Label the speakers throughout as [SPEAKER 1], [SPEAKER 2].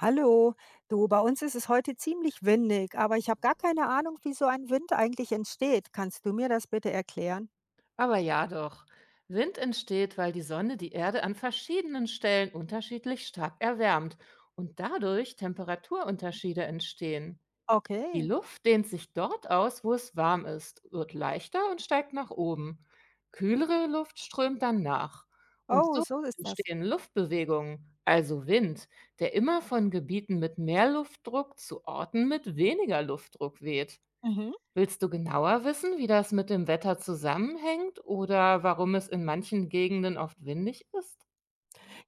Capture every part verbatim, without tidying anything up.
[SPEAKER 1] Hallo, du, bei uns ist es heute ziemlich windig, aber ich habe gar keine Ahnung, wie so ein Wind eigentlich entsteht. Kannst du mir das bitte erklären?
[SPEAKER 2] Aber ja doch. Wind entsteht, weil die Sonne die Erde an verschiedenen Stellen unterschiedlich stark erwärmt und dadurch Temperaturunterschiede entstehen. Die
[SPEAKER 1] Okay.
[SPEAKER 2] Luft dehnt sich dort aus, wo es warm ist, wird leichter und steigt nach oben. Kühlere Luft strömt dann nach. Und
[SPEAKER 1] Oh,
[SPEAKER 2] so
[SPEAKER 1] so ist das.
[SPEAKER 2] entstehen Luftbewegungen, also Wind, der immer von Gebieten mit mehr Luftdruck zu Orten mit weniger Luftdruck weht.
[SPEAKER 1] Mhm.
[SPEAKER 2] Willst du genauer wissen, wie das mit dem Wetter zusammenhängt oder warum es in manchen Gegenden oft windig ist?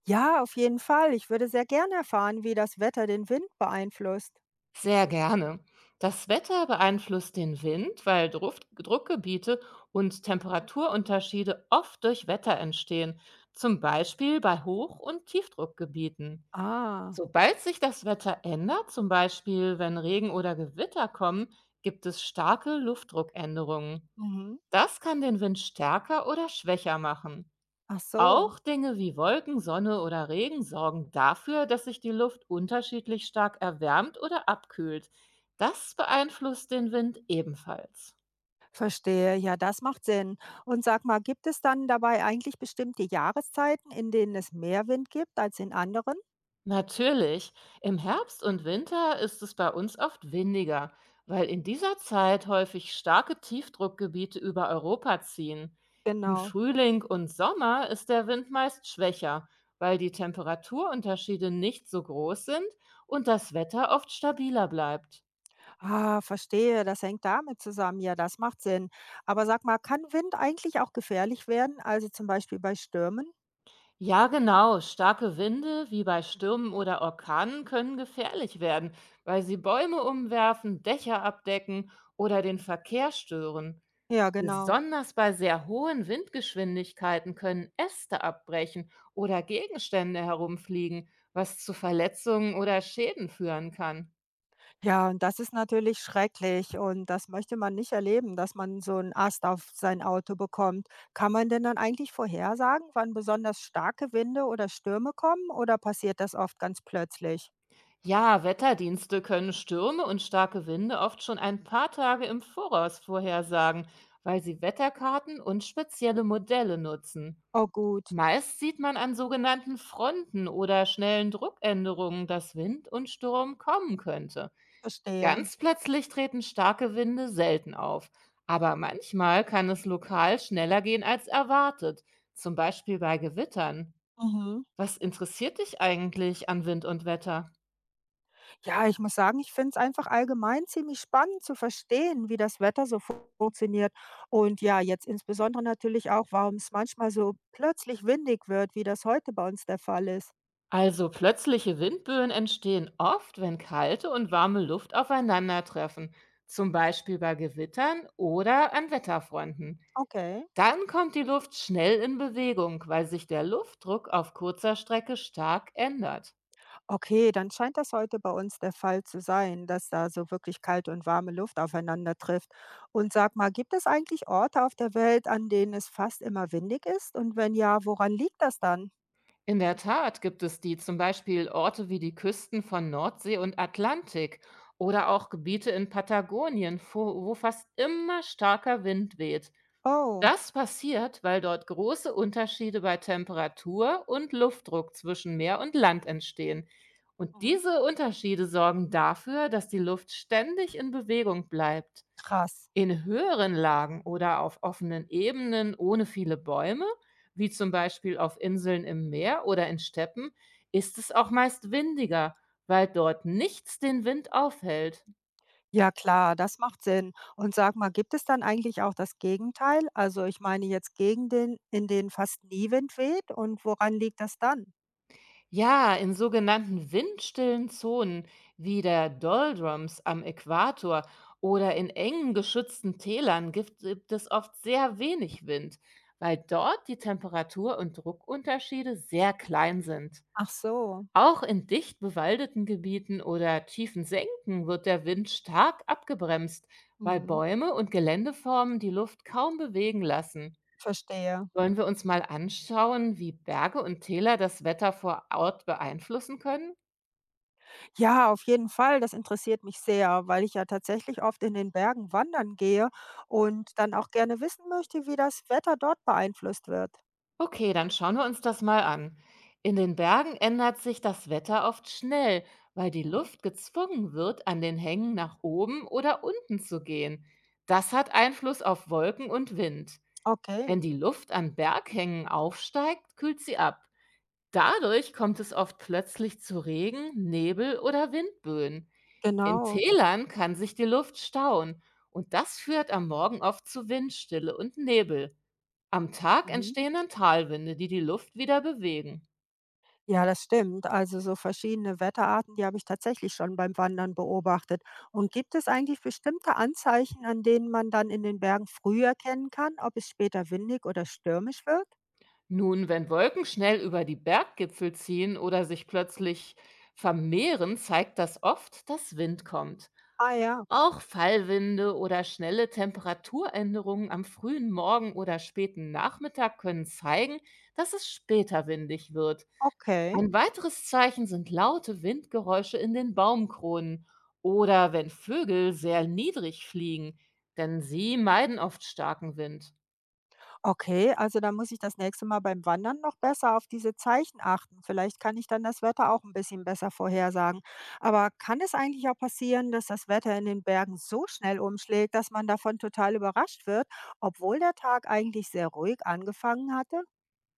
[SPEAKER 1] Ja, auf jeden Fall. Ich würde sehr gerne erfahren, wie das Wetter den Wind beeinflusst.
[SPEAKER 2] Sehr gerne. Das Wetter beeinflusst den Wind, weil Druck, Druckgebiete und Temperaturunterschiede oft durch Wetter entstehen, zum Beispiel bei Hoch- und Tiefdruckgebieten.
[SPEAKER 1] Ah,
[SPEAKER 2] Sobald sich das Wetter ändert, zum Beispiel wenn Regen oder Gewitter kommen, gibt es starke Luftdruckänderungen.
[SPEAKER 1] mhm,
[SPEAKER 2] Das kann den Wind stärker oder schwächer machen.
[SPEAKER 1] ach so.
[SPEAKER 2] Auch Dinge wie Wolken, Sonne oder Regen sorgen dafür, dass sich die Luft unterschiedlich stark erwärmt oder abkühlt. Das beeinflusst den Wind ebenfalls.
[SPEAKER 1] Verstehe. Ja, das macht Sinn. Und sag mal, gibt es dann dabei eigentlich bestimmte Jahreszeiten, in denen es mehr Wind gibt als in anderen?
[SPEAKER 2] Natürlich, im Herbst und Winter ist es bei uns oft windiger, weil in dieser Zeit häufig starke Tiefdruckgebiete über Europa ziehen. Im
[SPEAKER 1] Genau.
[SPEAKER 2] Frühling und Sommer ist der Wind meist schwächer, weil die Temperaturunterschiede nicht so groß sind und das Wetter oft stabiler bleibt.
[SPEAKER 1] Ah, verstehe, das hängt damit zusammen. Ja, das macht Sinn. Aber sag mal, kann Wind eigentlich auch gefährlich werden? Also zum Beispiel bei Stürmen?
[SPEAKER 2] Ja, genau. Starke Winde, wie bei Stürmen oder Orkanen, können gefährlich werden, weil sie Bäume umwerfen, Dächer abdecken oder den Verkehr stören.
[SPEAKER 1] Ja, genau.
[SPEAKER 2] Besonders bei sehr hohen Windgeschwindigkeiten können Äste abbrechen oder Gegenstände herumfliegen, was zu Verletzungen oder Schäden führen kann.
[SPEAKER 1] Ja, und das ist natürlich schrecklich und das möchte man nicht erleben, dass man so einen Ast auf sein Auto bekommt. Kann man denn dann eigentlich vorhersagen, wann besonders starke Winde oder Stürme kommen oder passiert das oft ganz plötzlich?
[SPEAKER 2] Ja, Wetterdienste können Stürme und starke Winde oft schon ein paar Tage im Voraus vorhersagen, weil sie Wetterkarten und spezielle Modelle nutzen.
[SPEAKER 1] Oh gut,
[SPEAKER 2] Meist sieht man an sogenannten Fronten oder schnellen Druckänderungen, dass Wind und Sturm kommen könnte.
[SPEAKER 1] verstehe.
[SPEAKER 2] Ganz plötzlich treten starke Winde selten auf, aber manchmal kann es lokal schneller gehen als erwartet, zum Beispiel bei Gewittern.
[SPEAKER 1] Mhm.
[SPEAKER 2] Was interessiert dich eigentlich an Wind und Wetter?
[SPEAKER 1] Ja, ich muss sagen, ich finde es einfach allgemein ziemlich spannend zu verstehen, wie das Wetter so fu- funktioniert. Und ja, jetzt insbesondere natürlich auch, warum es manchmal so plötzlich windig wird, wie das heute bei uns der Fall ist.
[SPEAKER 2] Also plötzliche Windböen entstehen oft, wenn kalte und warme Luft aufeinandertreffen, zum Beispiel bei Gewittern oder an Wetterfronten.
[SPEAKER 1] Okay.
[SPEAKER 2] Dann kommt die Luft schnell in Bewegung, weil sich der Luftdruck auf kurzer Strecke stark ändert.
[SPEAKER 1] Okay, dann scheint das heute bei uns der Fall zu sein, dass da so wirklich kalte und warme Luft aufeinander trifft. Und sag mal, gibt es eigentlich Orte auf der Welt, an denen es fast immer windig ist? Und wenn ja, woran liegt das dann?
[SPEAKER 2] In der Tat gibt es die zum Beispiel Orte wie die Küsten von Nordsee und Atlantik oder auch Gebiete in Patagonien, wo, wo fast immer starker Wind weht.
[SPEAKER 1] Oh,
[SPEAKER 2] Das passiert, weil dort große Unterschiede bei Temperatur und Luftdruck zwischen Meer und Land entstehen. Und
[SPEAKER 1] mhm,
[SPEAKER 2] diese Unterschiede sorgen dafür, dass die Luft ständig in Bewegung bleibt.
[SPEAKER 1] krass.
[SPEAKER 2] In höheren Lagen oder auf offenen Ebenen ohne viele Bäume, wie zum Beispiel auf Inseln im Meer oder in Steppen, ist es auch meist windiger, weil dort nichts den Wind aufhält.
[SPEAKER 1] Ja klar, das macht Sinn. Und sag mal, gibt es dann eigentlich auch das Gegenteil? Also ich meine jetzt gegen den, in den fast nie Wind weht und woran liegt das dann?
[SPEAKER 2] Ja, in sogenannten windstillen Zonen wie der Doldrums am Äquator oder in engen geschützten Tälern gibt, gibt es oft sehr wenig Wind, weil dort die Temperatur- und Druckunterschiede sehr klein sind.
[SPEAKER 1] Ach so,
[SPEAKER 2] Auch in dicht bewaldeten Gebieten oder tiefen Senken wird der Wind stark abgebremst, weil
[SPEAKER 1] mhm.
[SPEAKER 2] Bäume und Geländeformen die Luft kaum bewegen lassen.
[SPEAKER 1] Verstehe.
[SPEAKER 2] Wollen wir uns mal anschauen, wie Berge und Täler das Wetter vor Ort beeinflussen können?
[SPEAKER 1] Ja, auf jeden Fall. Das interessiert mich sehr, weil ich ja tatsächlich oft in den Bergen wandern gehe und dann auch gerne wissen möchte, wie das Wetter dort beeinflusst wird.
[SPEAKER 2] Okay, dann schauen wir uns das mal an. In den Bergen ändert sich das Wetter oft schnell, weil die
[SPEAKER 1] Mhm.
[SPEAKER 2] Luft gezwungen wird, an den Hängen nach oben oder unten zu gehen. Das hat Einfluss auf Wolken und Wind.
[SPEAKER 1] Okay,
[SPEAKER 2] Wenn die Luft an Berghängen aufsteigt, kühlt sie ab. Dadurch kommt es oft plötzlich zu Regen, Nebel oder Windböen. In
[SPEAKER 1] genau.
[SPEAKER 2] Tälern kann sich die Luft stauen und das führt am Morgen oft zu Windstille und Nebel. Am Tag
[SPEAKER 1] Mhm.
[SPEAKER 2] entstehen dann Talwinde, die die Luft wieder bewegen.
[SPEAKER 1] Ja, das stimmt. Also so verschiedene Wetterarten, die habe ich tatsächlich schon beim Wandern beobachtet. Und gibt es eigentlich bestimmte Anzeichen, an denen man dann in den Bergen früh erkennen kann, ob es später windig oder stürmisch wird?
[SPEAKER 2] Nun, wenn Wolken schnell über die Berggipfel ziehen oder sich plötzlich vermehren, zeigt das oft, dass Wind kommt.
[SPEAKER 1] Ah ja,
[SPEAKER 2] Auch Fallwinde oder schnelle Temperaturänderungen am frühen Morgen oder späten Nachmittag können zeigen, dass es später windig wird.
[SPEAKER 1] okay.
[SPEAKER 2] Ein weiteres Zeichen sind laute Windgeräusche in den Baumkronen oder wenn Vögel sehr niedrig fliegen, denn sie meiden oft starken Wind.
[SPEAKER 1] Okay, also dann muss ich das nächste Mal beim Wandern noch besser auf diese Zeichen achten. Vielleicht kann ich dann das Wetter auch ein bisschen besser vorhersagen. Aber kann es eigentlich auch passieren, dass das Wetter in den Bergen so schnell umschlägt, dass man davon total überrascht wird, obwohl der Tag eigentlich sehr ruhig angefangen hatte?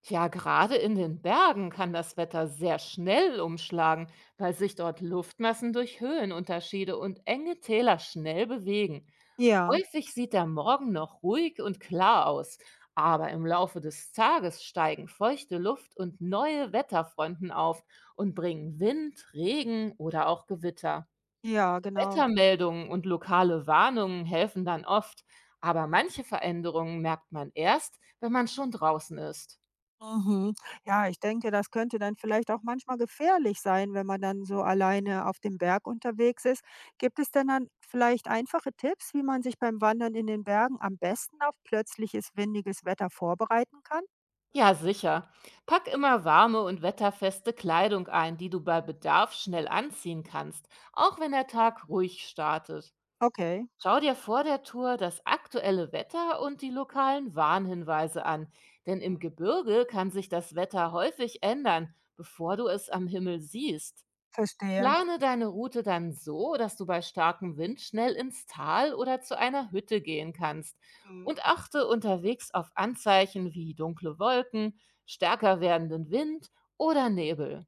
[SPEAKER 2] Ja, gerade in den Bergen kann das Wetter sehr schnell umschlagen, weil sich dort Luftmassen durch Höhenunterschiede und enge Täler schnell bewegen.
[SPEAKER 1] Ja,
[SPEAKER 2] Häufig sieht der Morgen noch ruhig und klar aus, aber im Laufe des Tages steigen feuchte Luft und neue Wetterfronten auf und bringen Wind, Regen oder auch Gewitter.
[SPEAKER 1] ja, genau.
[SPEAKER 2] Wettermeldungen und lokale Warnungen helfen dann oft, aber manche Veränderungen merkt man erst, wenn man schon draußen ist.
[SPEAKER 1] Mhm. Ja, ich denke, das könnte dann vielleicht auch manchmal gefährlich sein, wenn man dann so alleine auf dem Berg unterwegs ist. Gibt es denn dann vielleicht einfache Tipps, wie man sich beim Wandern in den Bergen am besten auf plötzliches windiges Wetter vorbereiten kann?
[SPEAKER 2] Ja, sicher. Pack immer warme und wetterfeste Kleidung ein, die du bei Bedarf schnell anziehen kannst, auch wenn der Tag ruhig startet.
[SPEAKER 1] Okay,
[SPEAKER 2] Schau dir vor der Tour das aktuelle Wetter und die lokalen Warnhinweise an, denn im
[SPEAKER 1] hm,
[SPEAKER 2] Gebirge kann sich das Wetter häufig ändern, bevor du es am Himmel siehst.
[SPEAKER 1] verstehe.
[SPEAKER 2] Plane deine Route dann so, dass du bei starkem Wind schnell ins Tal oder zu einer Hütte gehen kannst
[SPEAKER 1] Hm.
[SPEAKER 2] und achte unterwegs auf Anzeichen wie dunkle Wolken, stärker werdenden Wind oder Nebel.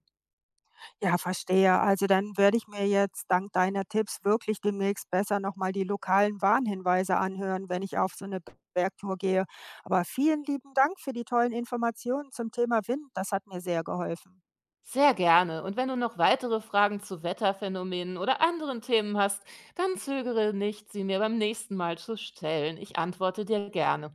[SPEAKER 1] Ja, verstehe. Also dann werde ich mir jetzt dank deiner Tipps wirklich demnächst besser nochmal die lokalen Warnhinweise anhören, wenn ich auf so eine Bergtour gehe. Aber vielen lieben Dank für die tollen Informationen zum Thema Wind. Das hat mir sehr geholfen.
[SPEAKER 2] Sehr gerne. Und wenn du noch weitere Fragen zu Wetterphänomenen oder anderen Themen hast, dann zögere nicht, sie mir beim nächsten Mal zu stellen. Ich antworte dir gerne.